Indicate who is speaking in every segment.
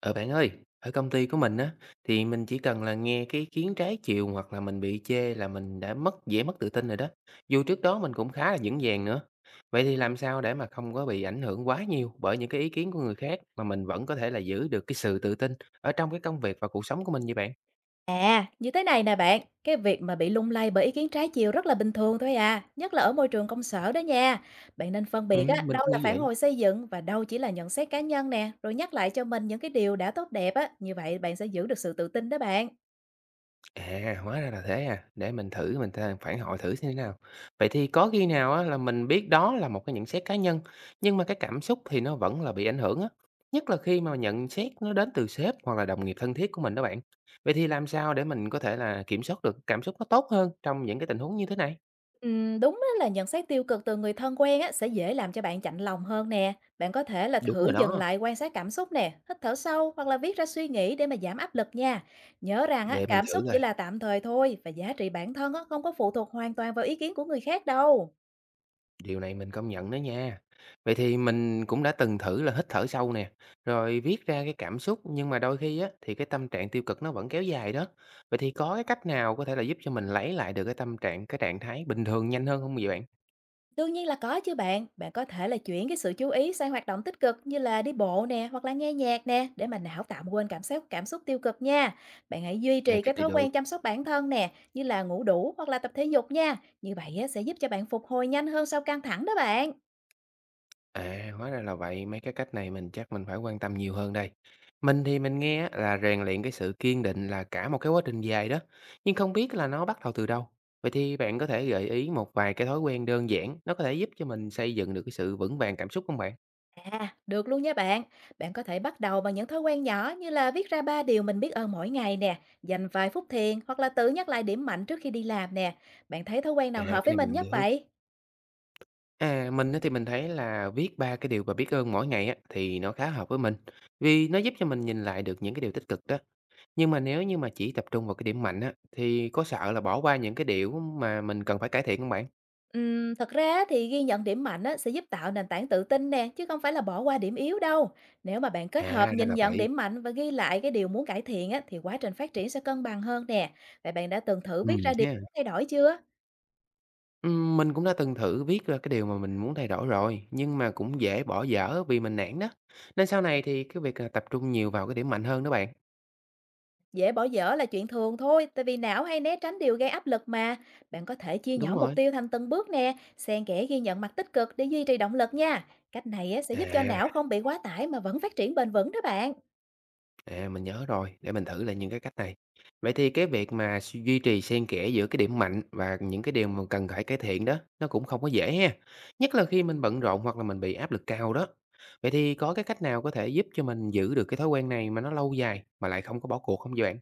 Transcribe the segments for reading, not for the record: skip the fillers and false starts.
Speaker 1: Ờ Bạn ơi, ở công ty của mình á thì mình chỉ cần là nghe cái ý kiến trái chiều hoặc là mình bị chê là mình đã mất mất tự tin rồi đó. Dù trước đó mình cũng khá là vững vàng nữa. Vậy thì làm sao để mà không có bị ảnh hưởng quá nhiều bởi những cái ý kiến của người khác mà mình vẫn có thể là giữ được cái sự tự tin ở trong cái công việc và cuộc sống của mình vậy bạn?
Speaker 2: À, như thế này nè bạn, cái việc mà bị lung lay bởi ý kiến trái chiều rất là bình thường thôi à, nhất là ở môi trường công sở đó nha. Bạn nên phân
Speaker 1: Ừ,
Speaker 2: biệt á,
Speaker 1: mình
Speaker 2: đâu
Speaker 1: cũng
Speaker 2: là
Speaker 1: nghĩ
Speaker 2: phản
Speaker 1: vậy.
Speaker 2: hồi xây dựng và đâu chỉ là nhận xét cá nhân nè, rồi nhắc lại cho mình những cái điều đã tốt đẹp á, như vậy bạn sẽ giữ được sự tự tin đó bạn.
Speaker 1: À, hóa ra là thế à, để mình thử mình th phản hồi thử xem thế nào. Vậy thì có khi nào á là mình biết đó là một cái nhận xét cá nhân, nhưng mà cái cảm xúc thì nó vẫn là bị ảnh hưởng á, nhất là khi mà nhận xét nó đến từ sếp hoặc là đồng nghiệp thân thiết của mình đó bạn. Vậy thì làm sao để mình có thể là kiểm soát được cảm xúc nó tốt hơn trong những cái tình huống như thế này?
Speaker 2: Đúng á là nhận xét tiêu cực từ người thân quen á sẽ dễ làm cho bạn chạnh lòng hơn nè. Bạn có thể là
Speaker 1: Đúng
Speaker 2: thử
Speaker 1: rồi
Speaker 2: dừng
Speaker 1: đó,
Speaker 2: lại quan sát cảm xúc nè, hít thở sâu hoặc là viết ra suy nghĩ để mà giảm áp lực nha. Nhớ rằng á
Speaker 1: để mình
Speaker 2: cảm
Speaker 1: thử
Speaker 2: xúc chỉ
Speaker 1: coi.
Speaker 2: là tạm thời thôi và giá trị bản thân á không có phụ thuộc hoàn toàn vào ý kiến của người khác đâu.
Speaker 1: Điều này mình công nhận đó nha. Vậy thì mình cũng đã từng thử là hít thở sâu nè, rồi viết ra cái cảm xúc nhưng mà đôi khi á thì cái tâm trạng tiêu cực nó vẫn kéo dài đó. Vậy thì có cái cách nào có thể là giúp cho mình lấy lại được cái tâm trạng, cái trạng thái bình thường nhanh hơn không vậy bạn?
Speaker 2: Đương nhiên là có chứ bạn, bạn có thể là chuyển cái sự chú ý sang hoạt động tích cực như là đi bộ nè hoặc là nghe nhạc nè để mà não tạm quên cảm xúc tiêu cực nha. Bạn hãy duy
Speaker 1: Ê,
Speaker 2: trì cái
Speaker 1: cách này
Speaker 2: thói
Speaker 1: được.
Speaker 2: quen chăm sóc bản thân nè, như là ngủ đủ hoặc là tập thể dục nha. Như vậy á, sẽ giúp cho bạn phục hồi nhanh hơn sau căng thẳng đó bạn.
Speaker 1: À, hóa ra là vậy, mấy cái cách này mình chắc mình phải quan tâm nhiều hơn đây. Mình thì mình nghe á, là rèn luyện cái sự kiên định là cả một cái quá trình dài đó, nhưng không biết là nó bắt đầu từ đâu. Vậy thì bạn có thể gợi ý một vài cái thói quen đơn giản, nó có thể giúp cho mình xây dựng được cái sự vững vàng cảm xúc không bạn?
Speaker 2: À, được luôn nha bạn. Bạn có thể bắt đầu bằng những thói quen nhỏ như là viết ra 3 điều mình biết ơn mỗi ngày nè, dành vài phút thiền hoặc là tự nhắc lại điểm mạnh trước khi đi làm nè. Bạn thấy thói quen
Speaker 1: À,
Speaker 2: nào hợp
Speaker 1: cái
Speaker 2: với
Speaker 1: này mình
Speaker 2: mình
Speaker 1: làm
Speaker 2: nhất
Speaker 1: được.
Speaker 2: vậy?
Speaker 1: À, mình á thì mình thấy là viết ba cái điều mà biết ơn mỗi ngày á, thì nó khá hợp với mình. Vì nó giúp cho mình nhìn lại được những cái điều tích cực đó. Nhưng mà nếu như mà chỉ tập trung vào cái điểm mạnh á, thì có sợ là bỏ qua những cái điều mà mình cần phải cải thiện không bạn?
Speaker 2: Thật ra á thì ghi nhận điểm mạnh á, sẽ giúp tạo nền tảng tự tin nè, chứ không phải là bỏ qua điểm yếu đâu. Nếu mà bạn kết hợp
Speaker 1: À, ra
Speaker 2: nhìn
Speaker 1: là
Speaker 2: nhận
Speaker 1: vậy.
Speaker 2: điểm mạnh và ghi lại cái điều muốn cải thiện á, thì quá trình phát triển sẽ cân bằng hơn nè. Vậy bạn đã từng thử viết ra điều
Speaker 1: Ha.
Speaker 2: muốn thay đổi chưa?
Speaker 1: Mình cũng đã từng thử viết ra cái điều mà mình muốn thay đổi rồi, nhưng mà cũng dễ bỏ dở vì mình nản đó. Nên sau này thì cái việc là tập trung nhiều vào cái điểm mạnh hơn đó bạn.
Speaker 2: Dễ bỏ dở là chuyện thường thôi, tại vì não hay né tránh điều gây áp lực mà. Bạn có thể chia
Speaker 1: Đúng
Speaker 2: nhỏ mục
Speaker 1: rồi.
Speaker 2: tiêu thành từng bước nè, xen kẽ ghi nhận mặt tích cực để duy trì động lực nha. Cách này á, sẽ giúp cho
Speaker 1: À,
Speaker 2: não không bị quá tải mà vẫn phát triển bền vững đó bạn.
Speaker 1: mình nhớ rồi, để mình thử lại những cái cách này. Vậy thì cái việc mà duy trì xen kẽ giữa cái điểm mạnh và những cái điều mà cần phải cải thiện đó, nó cũng không có dễ ha. Nhất là khi mình bận rộn hoặc là mình bị áp lực cao đó. Vậy thì có cái cách nào có thể giúp cho mình giữ được cái thói quen này mà nó lâu dài mà lại không có bỏ cuộc không vậy bạn?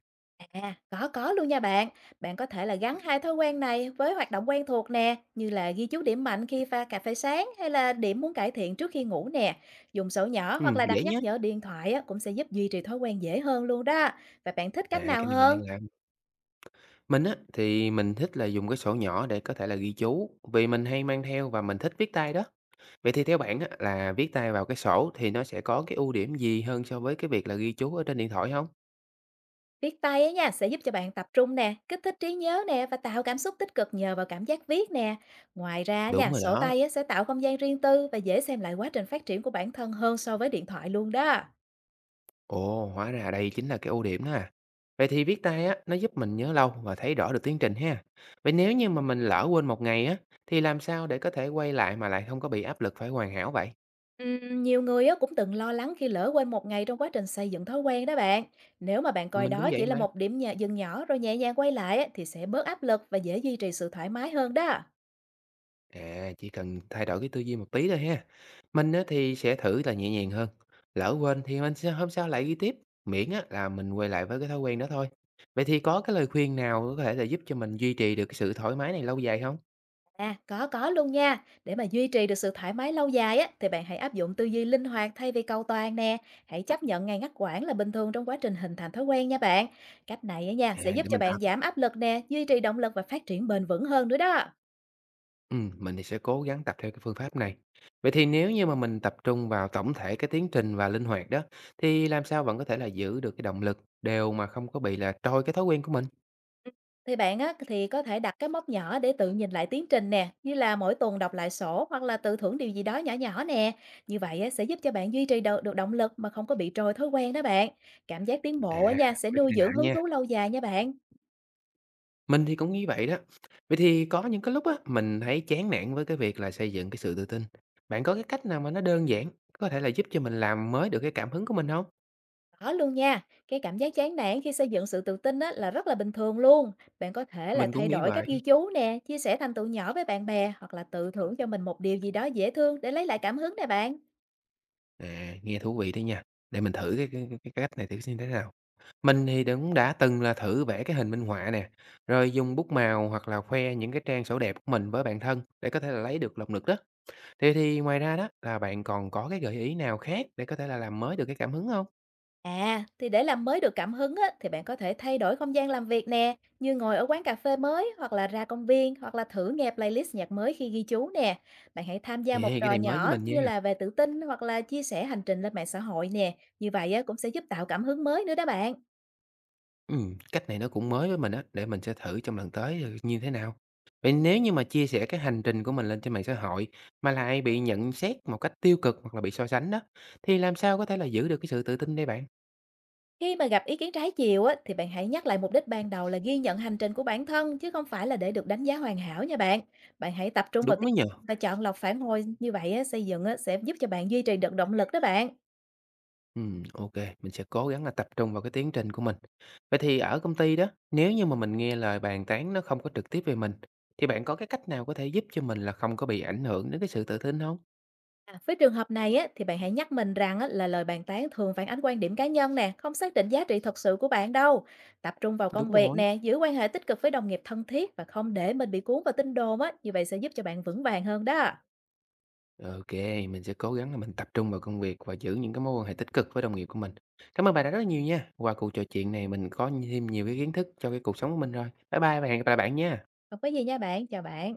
Speaker 2: À, có luôn nha bạn. Bạn có thể là gắn hai thói quen này với hoạt động quen thuộc nè, như là ghi chú điểm mạnh khi pha cà phê sáng hay là điểm muốn cải thiện trước khi ngủ nè. Dùng sổ nhỏ hoặc là đặt
Speaker 1: Dễ nhá.
Speaker 2: nhắc nhở điện thoại á, cũng sẽ giúp duy trì thói quen dễ hơn luôn đó. Và bạn thích
Speaker 1: À,
Speaker 2: cách nào
Speaker 1: cái này mình
Speaker 2: hơn?
Speaker 1: đang làm. Mình á, thì mình thích là dùng cái sổ nhỏ để có thể là ghi chú, vì mình hay mang theo và mình thích viết tay đó. Vậy thì theo bạn á, là viết tay vào cái sổ thì nó sẽ có cái ưu điểm gì hơn so với cái việc là ghi chú ở trên điện thoại không?
Speaker 2: Viết tay á nha, sẽ giúp cho bạn tập trung nè, kích thích trí nhớ nè và tạo cảm xúc tích cực nhờ vào cảm giác viết nè. Ngoài ra
Speaker 1: Đúng
Speaker 2: nha,
Speaker 1: rồi
Speaker 2: sổ
Speaker 1: đó.
Speaker 2: tay á, sẽ tạo không gian riêng tư và dễ xem lại quá trình phát triển của bản thân hơn so với điện thoại luôn đó.
Speaker 1: Ồ, hóa ra đây chính là cái ưu điểm đó à. Vậy thì viết tay á, nó giúp mình nhớ lâu và thấy rõ được tiến trình ha. Vậy nếu như mà mình lỡ quên một ngày á, thì làm sao để có thể quay lại mà lại không có bị áp lực phải hoàn hảo vậy?
Speaker 2: Nhiều người á cũng từng lo lắng khi lỡ quên một ngày trong quá trình xây dựng thói quen đó bạn. Nếu mà bạn coi
Speaker 1: Mình cũng
Speaker 2: đó
Speaker 1: vậy
Speaker 2: chỉ là
Speaker 1: mà.
Speaker 2: một điểm nhà dừng nhỏ rồi nhẹ nhàng quay lại á, thì sẽ bớt áp lực và dễ duy trì sự thoải mái hơn đó.
Speaker 1: À, chỉ cần thay đổi cái tư duy một tí thôi ha. Mình á, thì sẽ thử là nhẹ nhàng hơn. Lỡ quên thì mình sẽ hôm sau lại ghi tiếp. Miễn á, là mình quay lại với cái thói quen đó thôi. Vậy thì có cái lời khuyên nào có thể là giúp cho mình duy trì được cái sự thoải mái này lâu dài không?
Speaker 2: À, có luôn nha. Để mà duy trì được sự thoải mái lâu dài á, thì bạn hãy áp dụng tư duy linh hoạt thay vì cầu toàn nè. Hãy chấp nhận ngày ngắt quãng là bình thường trong quá trình hình thành thói quen nha bạn. Cách này á nha
Speaker 1: À,
Speaker 2: sẽ giúp
Speaker 1: để
Speaker 2: cho
Speaker 1: mình
Speaker 2: bạn
Speaker 1: tập.
Speaker 2: giảm áp lực nè, duy trì động lực và phát triển bền vững hơn nữa đó.
Speaker 1: Ừ, mình thì sẽ cố gắng tập theo cái phương pháp này. Vậy thì nếu như mà mình tập trung vào tổng thể cái tiến trình và linh hoạt đó, thì làm sao vẫn có thể là giữ được cái động lực đều mà không có bị là trôi cái thói quen của mình?
Speaker 2: Thì bạn á, thì có thể đặt cái mốc nhỏ để tự nhìn lại tiến trình nè, như là mỗi tuần đọc lại sổ hoặc là tự thưởng điều gì đó nhỏ nhỏ nè. Như vậy á, sẽ giúp cho bạn duy trì được động lực mà không có bị trôi thói quen đó bạn. Cảm giác tiến
Speaker 1: À,
Speaker 2: bộ á nha, sẽ
Speaker 1: mấy cái
Speaker 2: nuôi
Speaker 1: này lạ
Speaker 2: dưỡng hứng
Speaker 1: nha.
Speaker 2: thú lâu dài nha bạn.
Speaker 1: Mình thì cũng nghĩ vậy đó. Vậy thì có những cái lúc á, mình thấy chán nản với cái việc là xây dựng cái sự tự tin. Bạn có cái cách nào mà nó đơn giản, có thể là giúp cho mình làm mới được cái cảm hứng của mình không?
Speaker 2: Đó luôn nha, cái cảm giác chán nản khi xây dựng sự tự tin á, là rất là bình thường luôn. Bạn có thể là
Speaker 1: Mình
Speaker 2: thay
Speaker 1: cũng nghĩ
Speaker 2: đổi cách
Speaker 1: vậy.
Speaker 2: ghi chú nè, chia sẻ thành tựu nhỏ với bạn bè hoặc là tự thưởng cho mình một điều gì đó dễ thương để lấy lại cảm hứng nè bạn.
Speaker 1: À, nghe thú vị đấy nha, để mình thử cái cách này thử xem thế nào. Mình thì cũng đã từng là thử vẽ cái hình minh họa nè, rồi dùng bút màu hoặc là khoe những cái trang sổ đẹp của mình với bạn thân để có thể là lấy được động lực đó. Thế thì ngoài ra đó là bạn còn có cái gợi ý nào khác để có thể là làm mới được cái cảm hứng hông?
Speaker 2: À, thì để làm mới được cảm hứng á, thì bạn có thể thay đổi không gian làm việc nè, như ngồi ở quán cà phê mới, hoặc là ra công viên, hoặc là thử nghe playlist nhạc mới khi ghi chú nè. Bạn hãy tham gia một
Speaker 1: Yeah, cái
Speaker 2: trò
Speaker 1: này mới với
Speaker 2: nhỏ
Speaker 1: mình
Speaker 2: như
Speaker 1: nha.
Speaker 2: là về tự tin hoặc là chia sẻ hành trình lên mạng xã hội nè. Như vậy á, cũng sẽ giúp tạo cảm hứng mới nữa đó bạn.
Speaker 1: Cách này nó cũng mới với mình á, để mình sẽ thử trong lần tới, ừ, như thế nào. Vậy nếu như mà chia sẻ cái hành trình của mình lên trên mạng xã hội mà lại bị nhận xét một cách tiêu cực hoặc là bị so sánh đó, thì làm sao có thể là giữ được cái sự tự tin đây bạn?
Speaker 2: Khi mà gặp ý kiến trái chiều á, thì bạn hãy nhắc lại mục đích ban đầu là ghi nhận hành trình của bản thân, chứ không phải là để được đánh giá hoàn hảo nha bạn. Bạn hãy tập trung vào
Speaker 1: Đúng
Speaker 2: tiếp
Speaker 1: mới nhờ.
Speaker 2: và chọn lọc phản hồi như vậy á, xây dựng á, sẽ giúp cho bạn duy trì được động lực đó bạn.
Speaker 1: OK, mình sẽ cố gắng là tập trung vào cái tiến trình của mình. Vậy thì ở công ty đó, nếu như mà mình nghe lời bàn tán nó không có trực tiếp về mình, thì bạn có cái cách nào có thể giúp cho mình là không có bị ảnh hưởng đến cái sự tự tin không?
Speaker 2: À, với trường hợp này á, thì bạn hãy nhắc mình rằng á, là lời bàn tán thường phản ánh quan điểm cá nhân nè, không xác định giá trị thật sự của bạn đâu. Tập trung vào
Speaker 1: Đúng
Speaker 2: công việc
Speaker 1: rồi.
Speaker 2: nè, giữ quan hệ tích cực với đồng nghiệp thân thiết và không để mình bị cuốn vào tin đồn á, như vậy sẽ giúp cho bạn vững vàng hơn đó.
Speaker 1: OK, mình sẽ cố gắng là mình tập trung vào công việc và giữ những cái mối quan hệ tích cực với đồng nghiệp của mình. Cảm ơn bạn đã rất là nhiều nha. Qua cuộc trò chuyện này mình có thêm nhiều cái kiến thức cho cái cuộc sống của mình rồi. Bye bye và hẹn gặp lại bạn nha.
Speaker 2: Không có gì nha bạn, chào bạn.